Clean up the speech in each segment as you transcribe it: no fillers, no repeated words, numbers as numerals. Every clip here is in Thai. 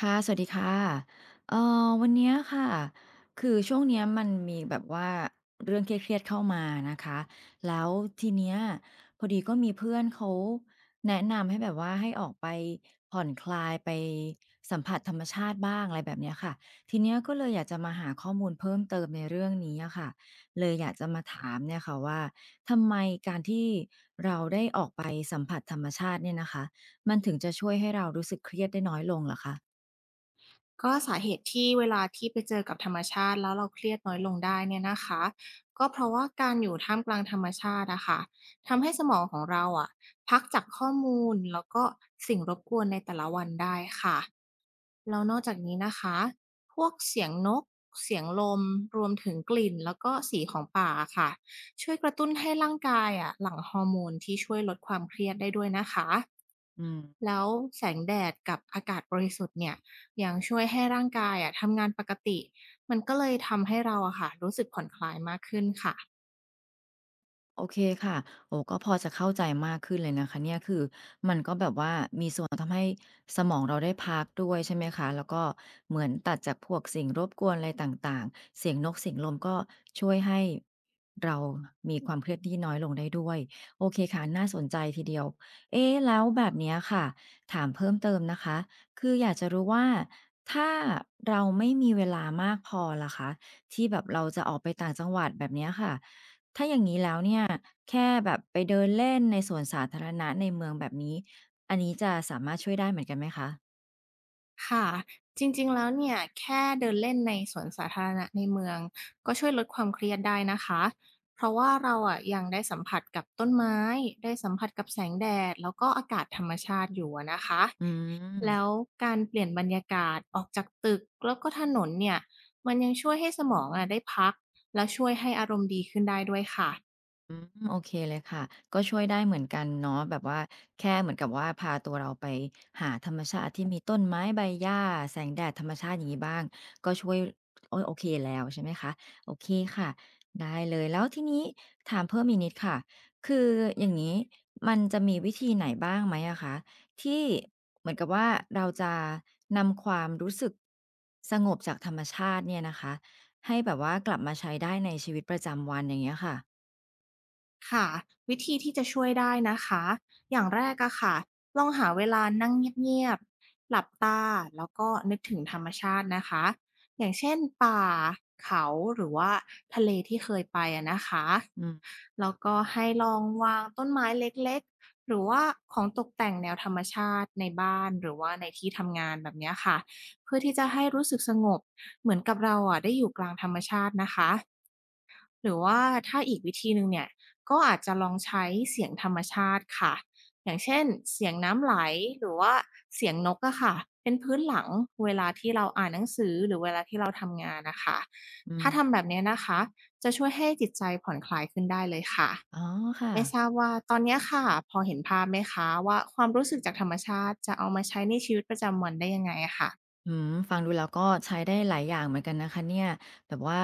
ค่ะสวัสดีค่ะเอ่วันเนี้ยค่ะคือช่วงเนี้ยมันมีแบบว่าเรื่องเครียดๆเข้ามานะคะแล้วทีเนี้ยพอดีก็มีเพื่อนเขาแนะนำให้แบบว่าให้ออกไปผ่อนคลายไปสัมผัสธรรมชาติบ้างอะไรแบบเนี้ยค่ะทีเนี้ยก็เลยอยากจะมาหาข้อมูลเพิ่มเติมในเรื่องนี้อะค่ะเลยอยากจะมาถามเนี่ยค่ะว่าทำไมการที่เราได้ออกไปสัมผัสธรรมชาติเนี่ยนะคะมันถึงจะช่วยให้เรารู้สึกเครียดได้น้อยลงเหรอคะ ก็สาเหตุที่เวลาที่ไปเจอกับธรรมชาติแล้วเราเครียดน้อยลงได้เนี่ยนะคะก็เพราะว่าการอยู่ท่ามกลางธรรมชาติอะค่ะทำให้สมองของเราอะพักจากข้อมูลแล้วก็สิ่งรบกวนในแต่ละวันได้ค่ะแล้วนอกจากนี้นะคะพวกเสียงนกเสียงลมรวมถึงกลิ่นแล้วก็สีของป่าค่ะช่วยกระตุ้นให้ร่างกายอะหลั่งฮอร์โมนที่ช่วยลดความเครียดได้ด้วยนะคะ อืมแล้วแสงแดดกับอากาศบริสุทธิ์เนี่ยยังช่วยให้ร่างกายอะทำงานปกติมันก็เลยทำให้เราอะค่ะรู้สึกผ่อนคลายมากขึ้นค่ะ โอเคค่ะโอ้ก็พอจะเข้าใจมากขึ้นเลยนะคะเนี่ยคือมันก็แบบว่ามีส่วนทำให้สมองเราได้พักด้วยใช่ไหมคะแล้วก็เหมือนตัดจากพวกสิ่งรบกวนอะไรต่างๆเสียงนกเสียงลมก็ช่วยให้เรามีความเครียดที่น้อยลงได้ด้วยโอเคค่ะน่าสนใจทีเดียวเอ๊ะแล้วแบบเนี้ยค่ะถามเพิ่มเติมนะคะคืออยากจะรู้ว่าถ้าเราไม่มีเวลามากพอล่ะคะที่แบบเราจะออกไปต่างจังหวัดแบบเนี้ยค่ะ ถ้าอย่างนี้แล้วเนี่ยแค่แบบไปเดินเล่นในสวนสาธารณะในเมืองแบบนี้อันนี้จะสามารถช่วยได้เหมือนกันไหมคะค่ะจริงๆแล้วเนี่ยแค่เดินเล่นในสวนสาธารณะในเมืองก็ช่วยลดความเครียดได้นะคะเพราะว่าเราอะยังได้สัมผัสกับต้นไม้ได้สัมผัสกับแสงแดดแล้วก็อากาศธรรมชาติอยู่อะนะคะอืแล้วม การเปลี่ยนบรรยากาศออกจากตึกแล้วก็ถนนเนี่ยมันยังช่วยให้สมองอะได้พักและช่วยให้อารมณ์ดีขึ้นได้ด้วยค่ะ อืมโอเคเลยค่ะก็ช่วยได้เหมือนกันเนาะแบบว่าแค่เหมือนกับว่าพาตัวเราไปหาธรรมชาติที่มีต้นไม้ใบหญ้าแสงแดดธรรมชาติอย่างนี้บ้างก็ช่วยโอ้ยโอเคแล้วใช่ไหมคะโอเคค่ะได้เลยแล้วทีนี้ถามเพิ่มอีกนิดค่ะคืออย่างนี้มันจะมีวิธีไหนบ้างไหมอะคะที่เหมือนกับว่าเราจะนำความรู้สึกสงบจากธรรมชาติเนี่ยนะคะให้แบบว่ากลับมาใช้ได้ในชีวิตประจำวันอย่างเงี้ยค่ะค่ะวิธีที่จะช่วยได้นะคะอย่างแรกอะค่ะลองหาเวลานั่งเงียบๆหลับตาแล้วก็นึกถึงธรรมชาตินะคะอย่างเช่นป่าเขาหรือว่าทะเลที่เคยไปอะนะคะอืม แล้วก็ให้ลองวางต้นไม้เล็กๆหรือว่าของตกแต่งแนวธรรมชาติในบ้านหรือว่าในที่ทำงานแบบเนี้ยค่ะเพื่อที่จะให้รู้สึกสงบเหมือนกับเราอะได้อยู่กลางธรรมชาตินะคะ หรือว่าถ้าอีกวิธีหนึ่งเนี่ยก็อาจจะลองใช้เสียงธรรมชาติค่ะอย่างเช่นเสียงน้ำไหลหรือว่าเสียงนกอะค่ะเป็นพื้นหลังเวลาที่เราอ่านหนังสือหรือเวลาที่เราทำงานนะค่ะอืมถ้าทำแบบเนี้ยนะคะจะช่วยให้จิตใจผ่อนคลายขึ้นได้เลยค่ะอ๋อค่ะไม่ทราบว่าตอนเนี้ยค่ะพอเห็นภาพไหมคะว่าความรู้สึกจากธรรมชาติจะเอามาใช้ในชีวิตประจำวันได้ยังไงอะค่ะ อืมฟังดูแล้วก็ใช้ได้หลายอย่างเหมือนกันนะคะเนี่ยแบบว่า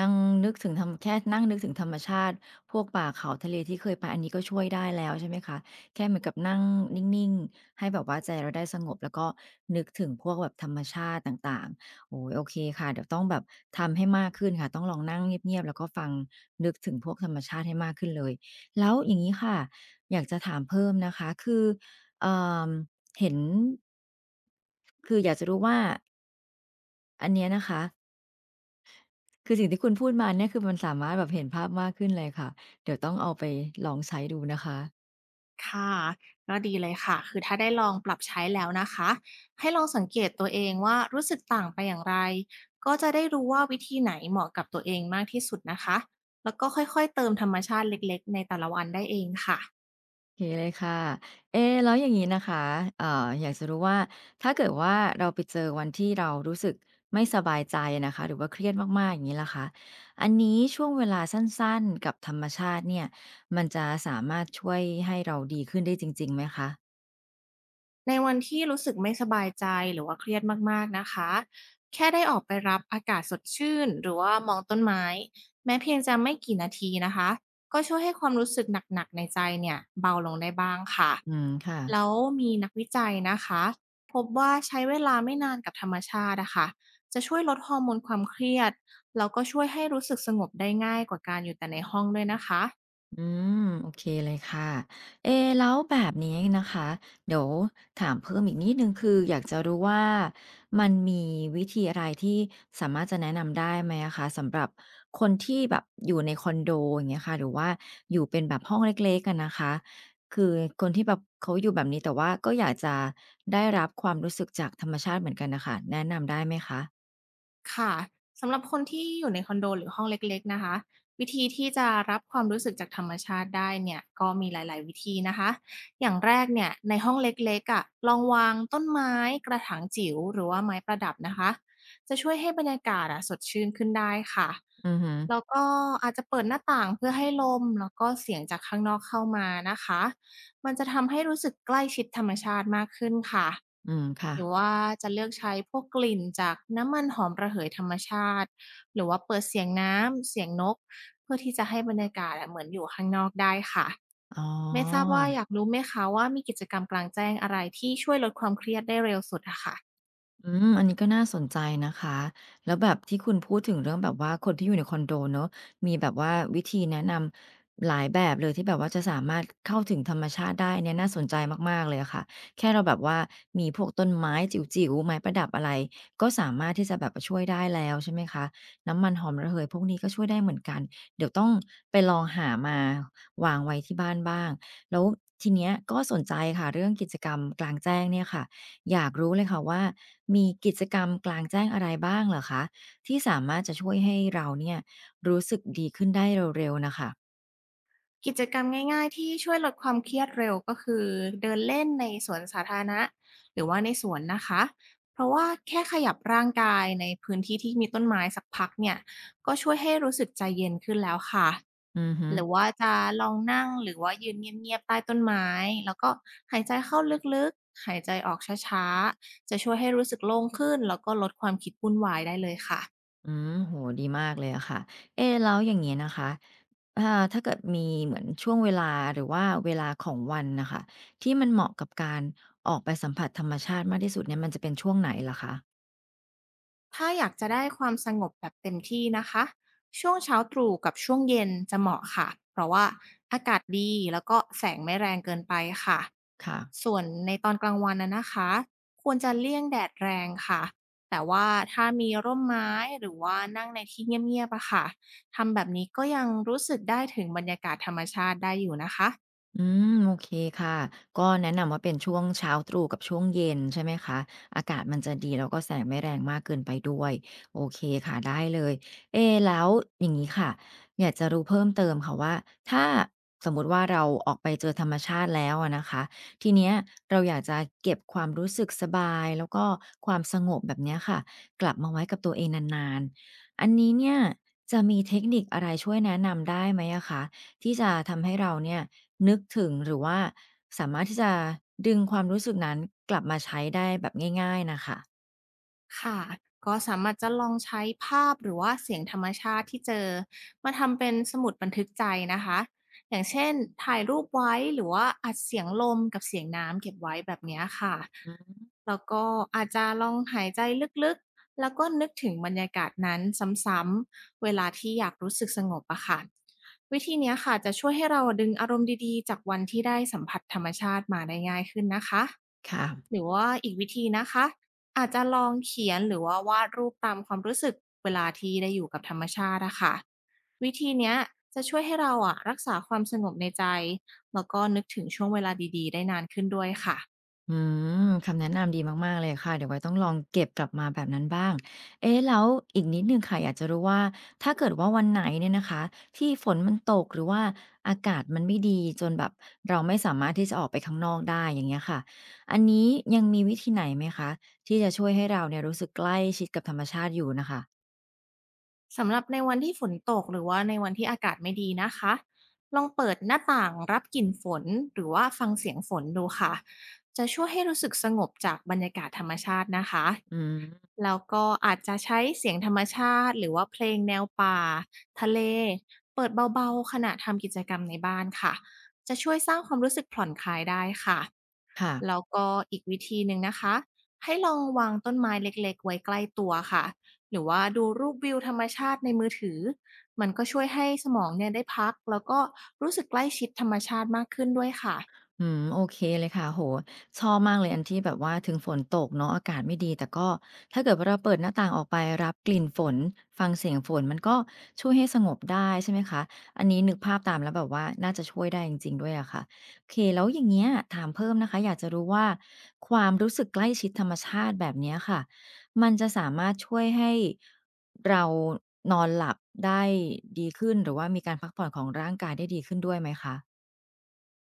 นั่งนึกถึงธรรมแค่นั่งนึกถึงธรรมชาติพวกป่าเขาทะเลที่เคยไปอันนี้ก็ช่วยได้แล้วใช่ไหมคะแค่เหมือนกับนั่งนิ่งๆให้แบบว่าใจเราได้สงบแล้วก็นึกถึงพวกแบบธรรมชาติต่างๆโอ้โฮโอเคค่ะเดี๋ยวต้องแบบทำให้มากขึ้นค่ะต้องลองนั่งเงียบๆแล้วก็ฟังนึกถึงพวกธรรมชาติให้มากขึ้นเลยแล้วอย่างงี้ค่ะอยากจะถามเพิ่มนะคะคือ เอ่อเห็นคืออยากจะรู้ว่าอันเนี้ยนะคะคือสิ่งที่คุณพูดมาเนี่ยคือมันสามารถแบบเห็นภาพมากขึ้นเลยค่ะเดี๋ยวต้องเอาไปลองใช้ดูนะคะค่ะก็ดีเลยค่ะคือถ้าได้ลองปรับใช้แล้วนะคะให้ลองสังเกตตัวเองว่ารู้สึกต่างไปอย่างไรก็จะได้รู้ว่าวิธีไหนเหมาะกับตัวเองมากที่สุดนะคะแล้วก็ค่อยๆเติมธรรมชาติเล็กๆในแต่ละวันได้เองค่ะ โอเคเลยค่ะเอ๊แล้วอย่างงี้นะคะอยากจะรู้ว่าถ้าเกิดว่าเราไปเจอวันที่เรารู้สึกไม่สบายใจนะคะหรือว่าเครียดมากๆอย่างงี้ล่ะคะอันนี้ช่วงเวลาสั้นๆกับธรรมชาติเนี่ยมันจะสามารถช่วยให้เราดีขึ้นได้จริงๆไหมคะในวันที่รู้สึกไม่สบายใจหรือว่าเครียดมากๆ นะคะแค่ได้ออกไปรับอากาศสดชื่นหรือว่ามองต้นไม้แม้เพียงจะไม่กี่นาทีนะคะก็ช่วยให้ความรู้สึกหนักๆในใจเนี่ยเบาลงได้บ้างค่ะอืมค่ะ แล้วมีนักวิจัยนะคะพบว่าใช้เวลาไม่นานกับธรรมชาติอะค่ะจะช่วยลดฮอร์โมนความเครียดแล้วก็ช่วยให้รู้สึกสงบได้ง่ายกว่าการอยู่แต่ในห้องด้วยนะคะ อืมโอเคเลยค่ะเอะแล้วแบบนี้นะคะเดี๋ยวถามเพิ่มอีกนิดนึงคืออยากจะรู้ว่ามันมีวิธีอะไรที่สามารถจะแนะนำได้ไหมอะคะสำหรับคนที่แบบอยู่ในคอนโดอย่างเงี้ยค่ะหรือว่าอยู่เป็นแบบห้องเล็กๆกันนะคะคือคนที่แบบเขาอยู่แบบนี้แต่ว่าก็อยากจะได้รับความรู้สึกจากธรรมชาติเหมือนกันนะคะแนะนำได้ไหมคะค่ะสำหรับคนที่อยู่ในคอนโดหรือห้องเล็กๆนะคะวิธีที่จะรับความรู้สึกจากธรรมชาติได้เนี่ยก็มีหลายๆวิธีนะคะอย่างแรกเนี่ยในห้องเล็กๆอ่ะลองวางต้นไม้กระถางจิ๋วหรือว่าไม้ประดับนะคะจะช่วยให้บรรยากาศอ่ะสดชื่นขึ้นได้ค่ะอือหือแล้วก็อาจจะเปิดหน้าต่างเพื่อให้ลมแล้วก็เสียงจากข้างนอกเข้ามานะคะ มันจะทำให้รู้สึกใกล้ชิดธรรมชาติมากขึ้นค่ะอืมค่ะหรือว่าจะเลือกใช้พวกกลิ่นจากน้ำมันหอมระเหยธรรมชาติหรือว่าเปิดเสียงน้ำเสียงนกเพื่อที่จะให้บรรยากาศอะเหมือนอยู่ข้างนอกได้ค่ะอ๋อ ไม่ทราบว่าอยากรู้ไหมคะว่ามีกิจกรรมกลางแจ้งอะไรที่ช่วยลดความเครียดได้เร็วสุดอะค่ะ อืมอันนี้ก็น่าสนใจนะคะแล้วแบบที่คุณพูดถึงเรื่องแบบว่าคนที่อยู่ในคอนโดเนอะมีแบบว่าวิธีแนะนำหลายแบบเลยที่แบบว่าจะสามารถเข้าถึงธรรมชาติได้เนี่ยน่าสนใจมากๆเลยอะค่ะแค่เราแบบว่ามีพวกต้นไม้จิ๋วๆไม้ประดับอะไรก็สามารถที่จะแบบช่วยได้แล้วใช่ไหมคะน้ำมันหอมระเหยพวกนี้ก็ช่วยได้เหมือนกันเดี๋ยวต้องไปลองหามาวางไว้ที่บ้านบ้างแล้วทีเนี้ยก็สนใจค่ะเรื่องกิจกรรมกลางแจ้งเนี่ยค่ะ อยากรู้เลยค่ะว่ามีกิจกรรมกลางแจ้งอะไรบ้างเหรอคะที่สามารถจะช่วยให้เราเนี่ยรู้สึกดีขึ้นได้เร็วๆน่ะค่ะกิจกรรมง่ายๆที่ช่วยลดความเครียดเร็วก็คือเดินเล่นในสวนสาธารณะหรือว่าในสวนนะคะเพราะว่าแค่ขยับร่างกายในพื้นที่ที่มีต้นไม้สักพักเนี่ยก็ช่วยให้รู้สึกใจเย็นขึ้นแล้วค่ะอือฮึหรือว่าจะลองนั่งหรือว่ายืนเงียบๆใต้ต้นไม้แล้วก็หายใจเข้าลึกๆหายใจออกช้าๆจะช่วยให้รู้สึกโล่งขึ้นแล้วก็ลดความคิดวุ่นวายได้เลยค่ะ อืมโอ้โฮดีมากเลยอะค่ะเอ๊แล้วอย่างงี้นะคะอ่าถ้าเกิดมีเหมือนช่วงเวลาหรือว่าเวลาของวันน่ะค่ะที่มันเหมาะกับการออกไปสัมผัสธรรมชาติมากที่สุดเนี่ยมันจะเป็นช่วงไหนเหรอคะถ้าอยากจะได้ความสงบแบบเต็มที่นะคะช่วงเช้าตรู่กับช่วงเย็นจะเหมาะค่ะเพราะว่าอากาศดีแล้วก็แสงไม่แรงเกินไปค่ะค่ะ ส่วนในตอนกลางวันนะคะควรจะเลี่ยงแดดแรงค่ะแต่ว่าถ้ามีร่มไม้หรือว่านั่งในที่เงียบๆอะค่ะทำแบบนี้ก็ยังรู้สึกได้ถึงบรรยากาศธรรมชาติได้อยู่นะคะ อืมโอเคค่ะก็แนะนำว่าเป็นช่วงเช้าตรู่กับช่วงเย็นใช่ไหมคะอากาศมันจะดีแล้วก็แสงไม่แรงมากเกินไปด้วยโอเคค่ะได้เลยเอะแล้วอย่างนี้ค่ะอยากจะรู้เพิ่มเติมค่ะว่าถ้าสมมุติว่าเราออกไปเจอธรรมชาติแล้วอะนะคะทีเนี้ยเราอยากจะเก็บความรู้สึกสบายแล้วก็ความสงบแบบเนี้ยค่ะกลับมาไว้กับตัวเองนานๆอันนี้เนี่ยจะมีเทคนิคอะไรช่วยแนะนำได้ไหมอะคะที่จะทำให้เราเนี่ย นึกถึงหรือว่าสามารถที่จะดึงความรู้สึกนั้นกลับมาใช้ได้แบบง่ายๆน่ะค่ะค่ะก็สามารถจะลองใช้ภาพหรือว่าเสียงธรรมชาติที่เจอมาทำเป็นสมุดบันทึกใจนะคะอย่างเช่นถ่ายรูปไว้หรือว่าอัดเสียงลมกับเสียงน้ำเก็บไว้แบบเนี้ยค่ะอืมแล้วก็อาจจะลองหายใจลึกๆแล้วก็นึกถึงบรรยากาศนั้นซ้ำๆเวลาที่อยากรู้สึกสงบอะค่ะวิธีเนี้ยค่ะจะช่วยให้เราดึงอารมณ์ดีๆจากวันที่ได้สัมผัสธรรมชาติมาได้ง่ายขึ้นนะคะค่ะหรือว่าอีกวิธีนะคะ อาจจะลองเขียนหรือว่าวาดรูปตามความรู้สึกเวลาที่ได้อยู่กับธรรมชาติอะค่ะวิธีเนี้ยจะช่วยให้เราอะรักษาความสงบในใจแล้วก็นึกถึงช่วงเวลาดีๆได้นานขึ้นด้วยค่ะ อืมคำแนะนำดีมากๆเลยค่ะเดี๋ยวไว้ต้องลองเก็บกลับมาแบบนั้นบ้างเอ๊ะแล้วอีกนิดหนึ่งค่ะอยากจะรู้ว่าถ้าเกิดว่าวันไหนเนี่ยนะคะที่ฝนมันตกหรือว่าอากาศมันไม่ดีจนแบบเราไม่สามารถที่จะออกไปข้างนอกได้อย่างเงี้ยค่ะอันนี้ยังมีวิธีไหนไหมคะที่จะช่วยให้เราเนี่ยรู้สึกใกล้ชิดกับธรรมชาติอยู่น่ะค่ะสำหรับในวันที่ฝนตกหรือว่าในวันที่อากาศไม่ดีนะคะลองเปิดหน้าต่างรับกลิ่นฝนหรือว่าฟังเสียงฝนดูค่ะจะช่วยให้รู้สึกสงบจากบรรยากาศธรรมชาตินะคะอืมแล้วก็อาจจะใช้เสียงธรรมชาติหรือว่าเพลงแนวป่าทะเลเปิดเบาๆขณะทำกิจกรรมในบ้านค่ะจะช่วยสร้างความรู้สึกผ่อนคลายได้ค่ะค่ะ แล้วก็อีกวิธีหนึ่งนะคะให้ลองวางต้นไม้เล็กๆไว้ใกล้ตัวค่ะ หรือว่าดูรูปวิวธรรมชาติในมือถือมันก็ช่วยให้สมองเนี่ยได้พักแล้วก็รู้สึกใกล้ชิดธรรมชาติมากขึ้นด้วยค่ะ อืมโอเคเลยค่ะโอชอบมากเลยอันที่แบบว่าถึงฝนตกเนาะอากาศไม่ดีแต่ก็ถ้าเกิดว่าเราเปิดหน้าต่างออกไปรับกลิ่นฝนฟังเสียงฝนมันก็ช่วยให้สงบได้ใช่ไหมคะอันนี้นึกภาพตามแล้วแบบว่าน่าจะช่วยได้จริงๆด้วยอะค่ะโอเคแล้วอย่างเงี้ยถามเพิ่มนะคะอยากจะรู้ว่าความรู้สึกใกล้ชิดธรรมชาติแบบเนี้ยค่ะมันจะสามารถช่วยให้เรานอนหลับได้ดีขึ้นหรือว่ามีการพักผ่อนของร่างกายได้ดีขึ้นด้วยไหมคะ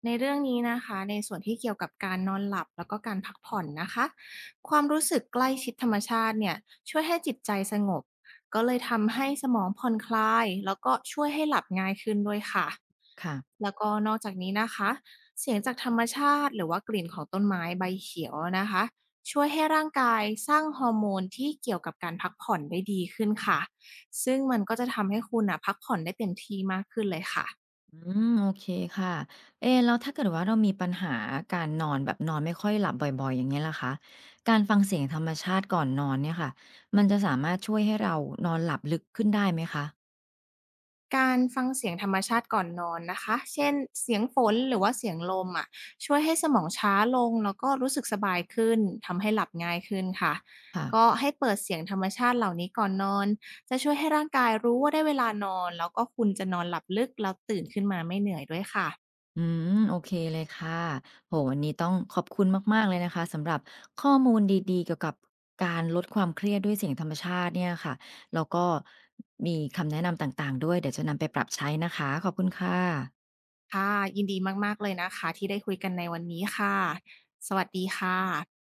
ในเรื่องนี้นะคะในส่วนที่เกี่ยวกับการนอนหลับแล้วก็การพักผ่อนนะคะความรู้สึกใกล้ชิดธรรมชาติเนี่ยช่วยให้จิตใจสงบก็เลยทำให้สมองผ่อนคลายแล้วก็ช่วยให้หลับง่ายขึ้นด้วยค่ะค่ะ แล้วก็นอกจากนี้นะคะเสียงจากธรรมชาติหรือว่ากลิ่นของต้นไม้ใบเขียวนะคะช่วยให้ร่างกายสร้างฮอร์โมนที่เกี่ยวกับการพักผ่อนได้ดีขึ้นค่ะซึ่งมันก็จะทำให้คุณน่ะพักผ่อนได้เต็มที่มากขึ้นเลยค่ะ อืมโอเคค่ะเอ๊แล้วถ้าเกิดว่าเรามีปัญหาการนอนแบบนอนไม่ค่อยหลับบ่อยๆอย่างเงี้ยล่ะคะการฟังเสียงธรรมชาติก่อนนอนเนี่ยค่ะมันจะสามารถช่วยให้เรานอนหลับลึกขึ้นได้ไหมคะการฟังเสียงธรรมชาติก่อนนอนนะคะ เช่นเสียงฝนหรือว่าเสียงลมอ่ะช่วยให้สมองช้าลงแล้วก็รู้สึกสบายขึ้น ทำให้หลับง่ายขึ้นค่ะ ค่ะก็ให้เปิดเสียงธรรมชาติเหล่านี้ก่อนนอน จะช่วยให้ร่างกายรู้ว่าได้เวลานอนแล้วก็คุณจะนอนหลับลึกแล้วตื่นขึ้นมาไม่เหนื่อยด้วยค่ะอืมโอเคเลยค่ะโอวันนี้ต้องขอบคุณมากๆเลยนะคะสำหรับข้อมูลดีๆเกี่ยวกับการลดความเครียดด้วยเสียงธรรมชาติเนี่ยค่ะแล้วก็มีคำแนะนำต่างๆด้วยเดี๋ยวจะนำไปปรับใช้นะคะขอบคุณค่ะค่ะยินดีมากๆเลยนะคะที่ได้คุยกันในวันนี้ค่ะสวัสดีค่ะ